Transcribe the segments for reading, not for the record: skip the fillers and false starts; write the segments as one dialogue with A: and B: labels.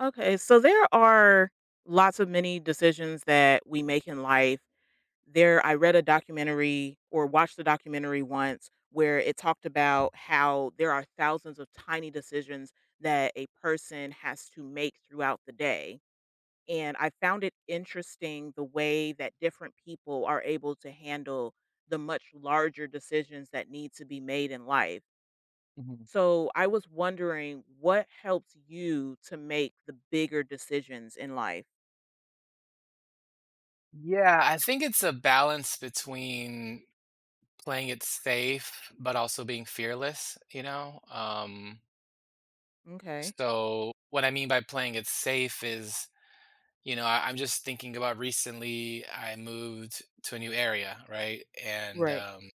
A: Okay, so there are lots of many decisions that we make in life. There, I read a documentary or watched a documentary once where it talked about how there are thousands of tiny decisions that a person has to make throughout the day. And I found it interesting the way that different people are able to handle the much larger decisions that need to be made in life.
B: Mhm.
A: So I was wondering, what helps you to make the bigger decisions in life?
B: Yeah, I think it's a balance between playing it safe, but also being fearless, you know? Um,
A: Okay.
B: so what I mean by playing it safe is, I'm just thinking about recently I moved to a new area, right?
A: Right.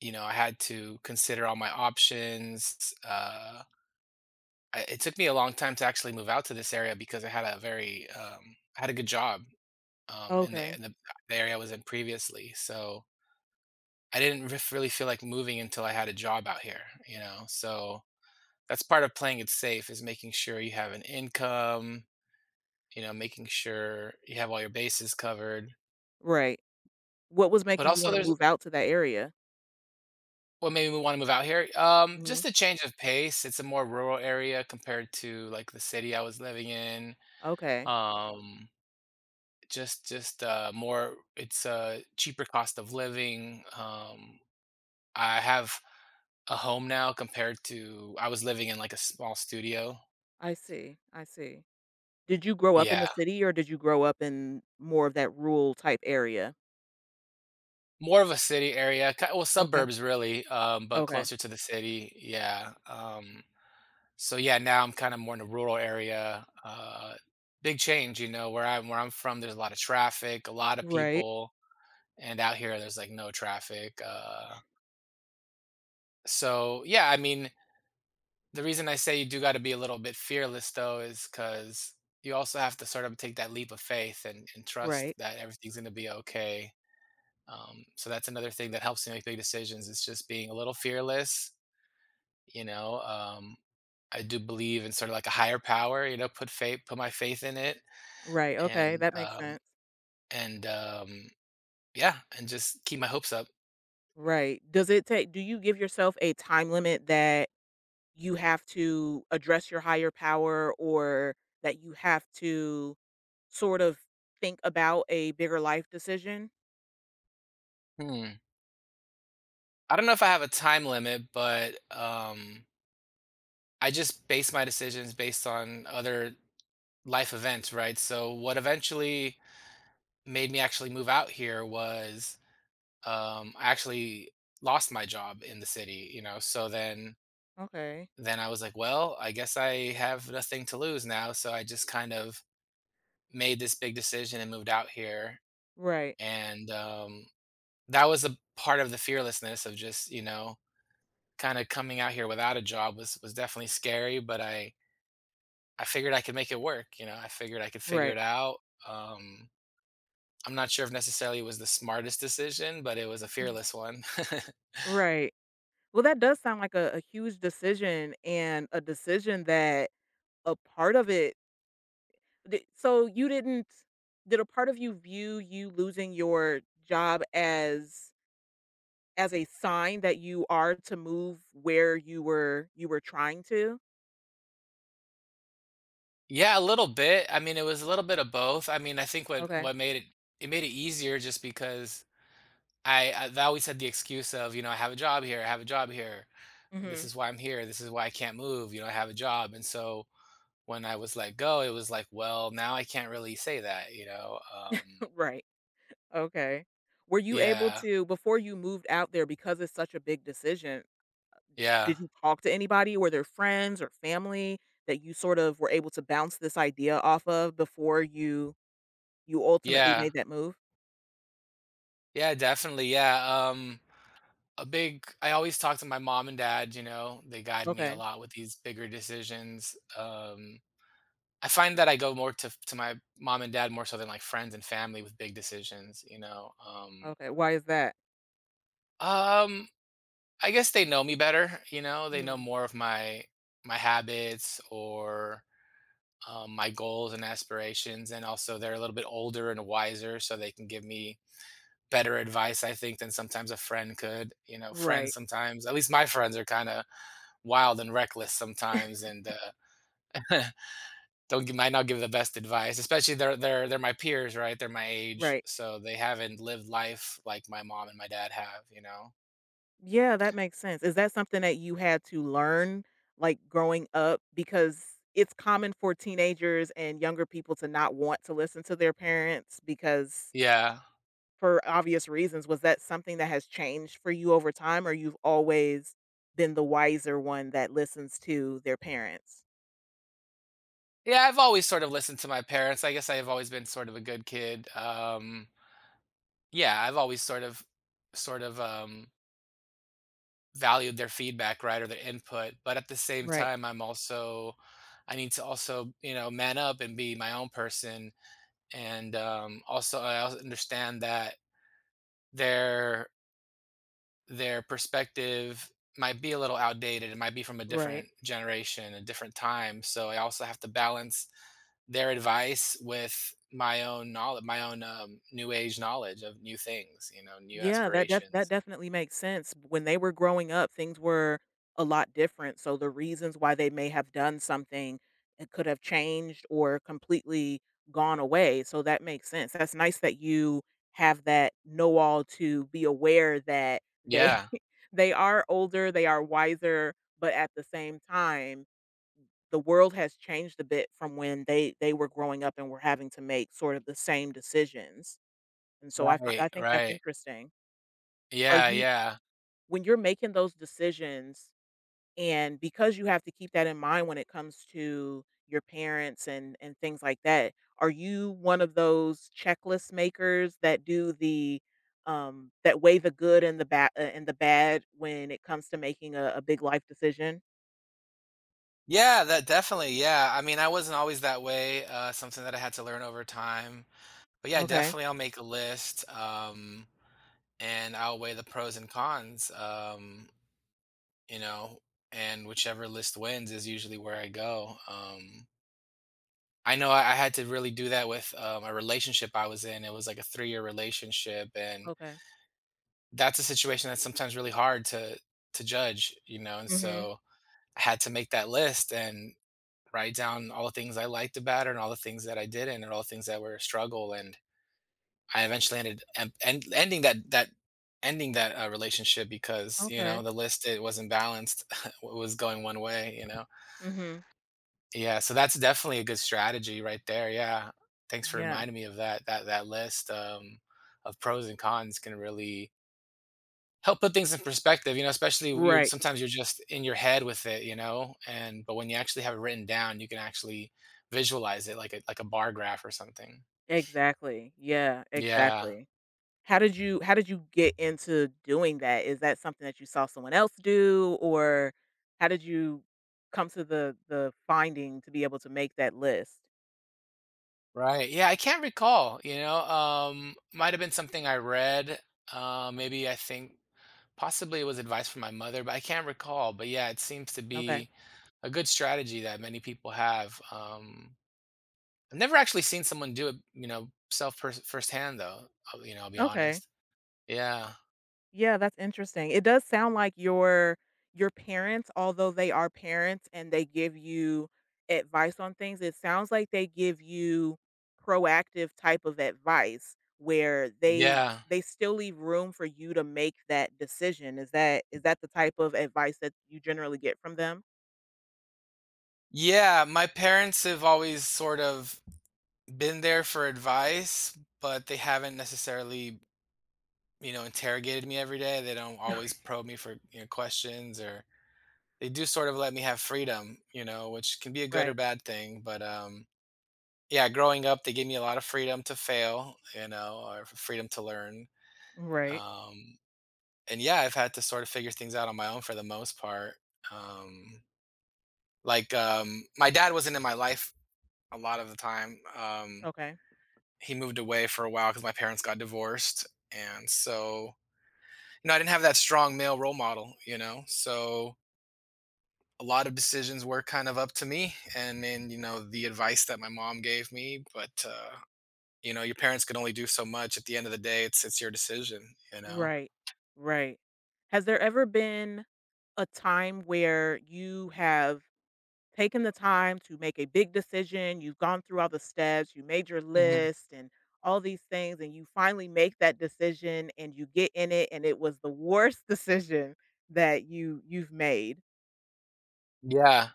B: You know, I had to consider all my options. It took me a long time to actually move out to this area because I had a I had a good job in
A: Okay.
B: the area I was in previously. So, I didn't really feel like moving until I had a job out here, you know. So that's part of playing it safe is making sure you have an income, you know, making sure you have all your bases covered.
A: Right. What was
B: But
A: making you
B: also,
A: want to
B: there's
A: move out to that area?
B: what made me want to move out here.
A: Hmm.
B: Just a change of pace. It's a more rural area compared to like the city I was living in.
A: Okay.
B: Um, just more. It's a cheaper cost of living. I have a home now compared to I was living in like a small studio.
A: I see. Did you grow up in
B: Yeah.
A: the city, or did you grow up in more of that rural type area?
B: More of a city area, ki well,
A: Okay.
B: suburbs really, but
A: Okay.
B: closer to the city, yeah. So, yeah, now I'm kinda more in a rural area, big change, you know, where I'm from, there's a lot of traffic, a lot of
A: Right.
B: people, and out here, there's, like, no traffic, so, yeah, I mean, the reason I say you do gotta be a little bit fearless, though, is because you also have to sort of take that leap of faith and trust
A: Right.
B: that everything's gonna be okay. So that's another thing that helps me make big decisions. It's just being a little fearless, you know. I do believe in sort of like a higher power, you know. Put faith, put my faith in it,
A: Right. Okay,
B: and
A: that makes
B: um,
A: sense.
B: and yeah, and just keep my hopes up.
A: Right. Does it take, do you give yourself a time limit that you have to address your higher power, or that you have to sort of think about a bigger life decision?
B: Hmm. I don't know if I have a time limit, but I just base my decisions based on other life events, right? So what eventually made me actually move out here was I actually lost my job in the city, you know. So then
A: Okay.
B: I was like, well, I guess I have nothing to lose now. So I just kind of made this big decision and moved out here.
A: Right.
B: And that was a part of the fearlessness of just, you know, kind of coming out here without a job was definitely scary, but I figured I could make it work. You know, I figured I could figure it
A: Right.
B: out. Um, I'm not sure if necessarily it was the smartest decision, but it was a
A: Mm.
B: fearless one.
A: Right. Well, that does sound like a huge decision, and a decision that a part of it. So you didn't, did a part of you view you losing your job as a sign that you are to move where you were trying to?
B: Yeah, a little bit. I mean, it was a little bit of both. I mean, I think what,
A: Okay.
B: what made it made it easier just because I they always had the excuse of, you know, I have a job here, I have a job here. This
A: Hmm.
B: is why I'm here. This is why I can't move. You know, I have a job. And so when I was let go, it was like, well, now I can't really say that, you know.
A: Right. Okay. Were you able
B: Yeah.
A: to, before you moved out there, because it's such a big decision,
B: Yeah.
A: did you talk to anybody? Were there friends or family that you sort of were able to bounce this idea off of before you you ultimately
B: Yeah.
A: made that move?
B: Yeah, definitely. Yeah. A big I always talk to my mom and dad, you know. They guide me a
A: Okay.
B: lot with these bigger decisions. I find that I go more to my mom and dad more so than like friends and family with big decisions, you know.
A: Okay. Why is that?
B: Um I guess they know me better, you know, they know
A: Mm.
B: more of my my habits or my goals and aspirations, and also they're a little bit older and wiser, so they can give me better advice, I think, than sometimes a friend could. You know, friends
A: Right.
B: sometimes, at least my friends are kind of wild and reckless sometimes, and don't give, might not give the best advice. Especially they're my peers, right? They're my age,
A: Right.
B: so they haven't lived life like my mom and my dad have. You know,
A: Yeah, that makes sense. Is that something that you had to learn, like growing up, because it's common for teenagers and younger people to not want to listen to their parents because,
B: yeah.
A: for obvious reasons, was that something that has changed for you over time, or you've always been the wiser one that listens to their parents?
B: Yeah, I've always sort of listened to my parents. I guess I have always been sort of a good kid. Yeah, I've always sort of valued their feedback, right, or their input. But at the same
A: Right,
B: time, I'm also, I need to also, you know, man up and be my own person. And also, I also understand that they're their perspective might be a little outdated. It might be from a
A: right.
B: different generation, a different time. So I also have to balance their advice with my own knowledge, my own new age knowledge of new things, you know, new
A: Yeah, that that
B: aspirations.
A: definitely makes sense. When they were growing up, things were a lot different, so the reasons why they may have done something, it could have changed or completely gone away. So that makes sense. That's nice that you have that know all to be aware that they
B: Yeah.
A: they are older, they are wiser, but at the same time, the world has changed a bit from when they were growing up and were having to make sort of the same decisions, and so I fi
B: Right.
A: I think that's
B: Right.
A: interesting. Are
B: Yeah.
A: you,
B: Yeah.
A: when you're making those decisions, and because you have to keep that in mind when it comes to your parents and things like that, are you one of those checklist makers that do the, that weigh the good and the bad when it comes to making a big life decision?
B: Yeah. That definitely. Yeah. I mean, I wasn't always that way. Something that I had to learn over time. But yeah,
A: Okay.
B: definitely, I'll make a list. And I'll weigh the pros and cons. You know, and whichever list wins is usually where I go. I know I had to really do that with a relationship I was in. It was like a 3-year relationship, and
A: Okay.
B: that's a situation that's sometimes really hard to judge, you know. And
A: Mhm.
B: so I had to make that list and write down all the things I liked about her and all the things that I didn't, and all the things that were a struggle. And I eventually ended and ending that that ending that relationship because you know
A: Okay.
B: the list it wasn't balanced. It was going one way, you know.
A: Mhm.
B: Yeah, so that's definitely a good strategy right there, yeah. Thanks for
A: Yeah.
B: reminding me of that list, of pros and cons can really help put things in perspective, you know, especially you're
A: Right.
B: sometimes you're just in your head with it, you know, and but when you actually have it written down, you can actually visualize it like a bar graph or something.
A: Exactly. Yeah,
B: Yeah,
A: exactly. How did you get into doing that? Is that something that you saw someone else do, or how did you come to the finding to be able to make that list?
B: right. Yeah, I can't recall, you know, might have been something I read, maybe I think possibly it was advice from my mother, but I can't recall. But yeah, it seems to
A: Okay.
B: be a good strategy that many people have. I've never actually seen someone do it, you know, firsthand though. You know, I'll be
A: Okay.
B: honest. Yeah,
A: Yeah, that's interesting. It does sound like your parents, although they are parents and they give you advice on things, it sounds like they give you proactive type of advice where they
B: yeah,
A: they still leave room for you to make that decision. Is that, is that the type of advice that you generally get from them?
B: yeah. My parents have always sort of been there for advice, but they haven't necessarily, you know, interrogated me every day. They don't always probe me for you know questions, or they do sort of let me have freedom, you know, which can be a good or
A: Right.
B: bad thing. But yeah, growing up, they gave me a lot of freedom to fail, you know, or freedom to learn.
A: Right.
B: Um, and yeah, I've had to sort of figure things out on my own for the most part. Um, my dad wasn't in my life a lot of the time.
A: Okay.
B: He moved away for a while because my parents got divorced. And so, you know, I didn't have that strong male role model, you know, so a lot of decisions were kind of up to me and then, you know, the advice that my mom gave me. You know, your parents can only do so much. At the end of the day, it's your decision, you know?
A: Right. Right. Has there ever been a time where you have taken the time to make a big decision, you've gone through all the steps, you made your
B: Mhm.
A: list and all these things, and you finally make that decision and you get in it, and it was the worst decision that you've made.
B: Yeah.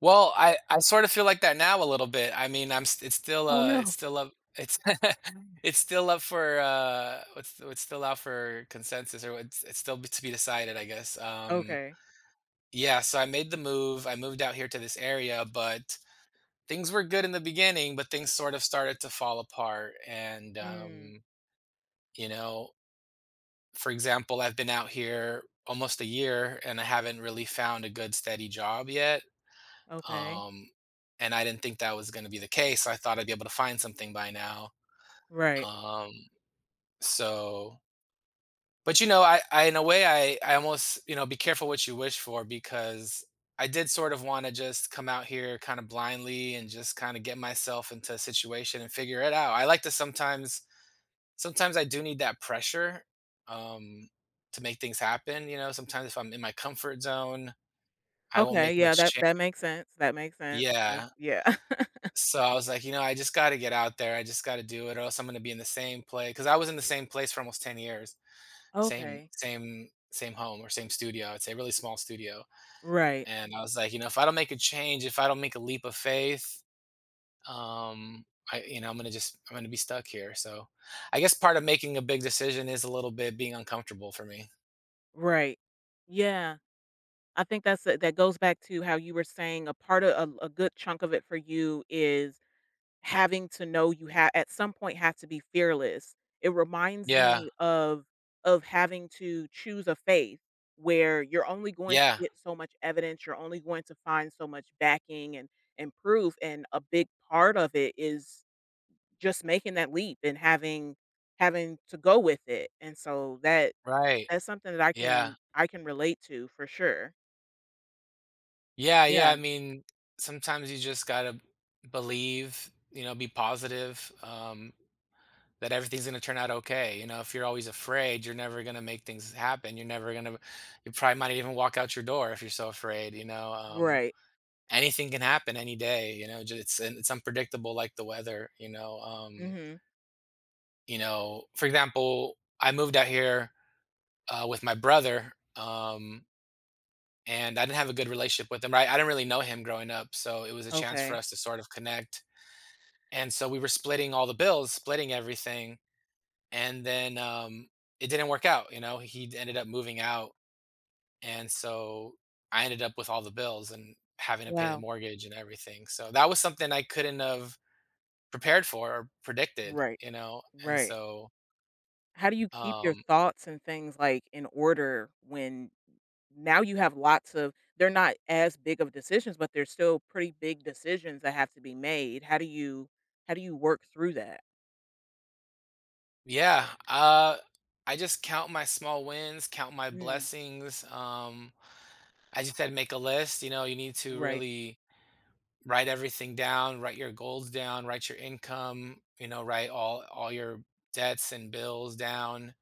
B: Well, I sort of feel like that now a little bit. I mean, I'm st
A: Oh
B: it's
A: no.
B: still up it's it's still up for, it's still out for consensus or it's to be decided, I guess.
A: Okay.
B: Yeah, so I made the move. I moved out here to this area, but things were good in the beginning, but things sort of started to fall apart and,
A: Mm,
B: you know, for example, I've been out here almost a year and I haven't really found a good steady job yet.
A: okay.
B: Um, and I didn't think that was going to be the case. I thought I'd be able to find something by now.
A: Right.
B: Um, so, but you know, in a way, I almost, you know, be careful what you wish for because I did sort of want to just come out here kind of blindly and just kind of get myself into a situation and figure it out. I like to sometimes I do need that pressure um, to make things happen. You know, sometimes if I'm in my comfort zone, I won't
A: Okay.
B: make
A: Yeah,
B: much
A: that
B: change.
A: that makes sense. That makes sense. I,
B: Yeah.
A: yeah.
B: So I was like, you know, I just got to get out there. I just got to do it, or else I'm going to be in the same place. Because I was in the same place for almost 10 years,
A: Okay.
B: same home or same studio. I'd say really small studio.
A: Right.
B: And I was like, you know, if I don't make a change, if I don't make a leap of faith, um, you know, I'm gonna be stuck here. So, I guess part of making a big decision is a little bit being uncomfortable for me.
A: Right. Yeah. I think that's, that goes back to how you were saying a part of, a good chunk of it for you is having to know you have at some point have to be fearless. It reminds
B: Yeah,
A: me of having to choose a faith where you're only going
B: yeah,
A: to get so much evidence, you're only going to find so much backing and proof, and a big part of it is just making that leap and having having to go with it, and so that,
B: right.
A: that's something that
B: Yeah.
A: I can relate to for sure.
B: Yeah, yeah,
A: Yeah,
B: I mean, sometimes you just gotta believe, you know, be positive, that everything's gonna turn out okay, you know, if you're always afraid, you're never gonna make things happen, you're never gonna you probably might even walk out your door if you're so afraid, you know,
A: right.
B: anything can happen any day, you know, just it's unpredictable like the weather,
A: Mhm.
B: you know, for example, I moved out here, with my brother, and I didn't have a good relationship with him, right? I didn't really know him growing up, so it was a chance for
A: Okay.
B: us to sort of connect. And so we were splitting all the bills, splitting everything, and then it didn't work out. You know, he ended up moving out, and so I ended up with all the bills and having to pay the
A: Wow.
B: mortgage and everything. So that was something I couldn't have prepared for or predicted.
A: Right,
B: You know, and
A: right.
B: so
A: How do you keep your
B: um,
A: thoughts and things, like, in order when now you have lots of, they're not as big of decisions, but they're still pretty big decisions that have to be made. How do you work through that?
B: yeah, uh, I just count my small wins, count my
A: Mm.
B: blessings. As you said, make a list. You know, you need to
A: Right.
B: really write everything down, write your goals down, write your income, you know, write all your debts and bills down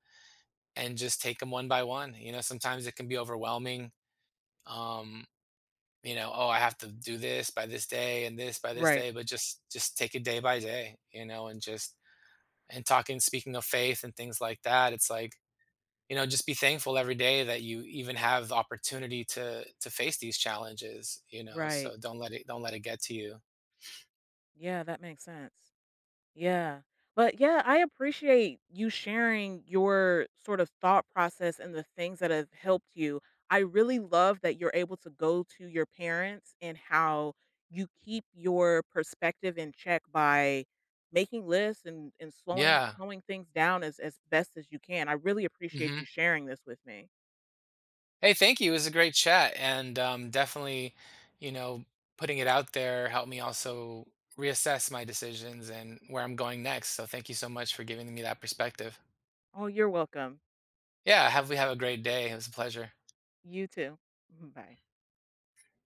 B: and just take them one by one. You know, sometimes it can be overwhelming. Um, you know, oh, I have to do this by this day and this by this
A: Right.
B: day, but just take it day by day, you know, and just and talking speaking of faith and things like that, it's like you know just be thankful every day that you even have the opportunity to face these challenges you know
A: Right.
B: so don't let it get to you
A: Yeah, that makes sense. Yeah. But yeah, I appreciate you sharing your sort of thought process and the things that have helped you. I really love that you're able to go to your parents, and how you keep your perspective in check by making lists, and slowing
B: yeah
A: slowing things down as best as you can. I really appreciate
B: hmm
A: you sharing this with me.
B: hey thank you it was a great chat and definitely you know putting it out there helped me also reassess my decisions and where I'm going next so thank you so much for giving me that perspective
A: Oh, you're welcome.
B: yeah have a great day it was a pleasure
A: You too. Bye.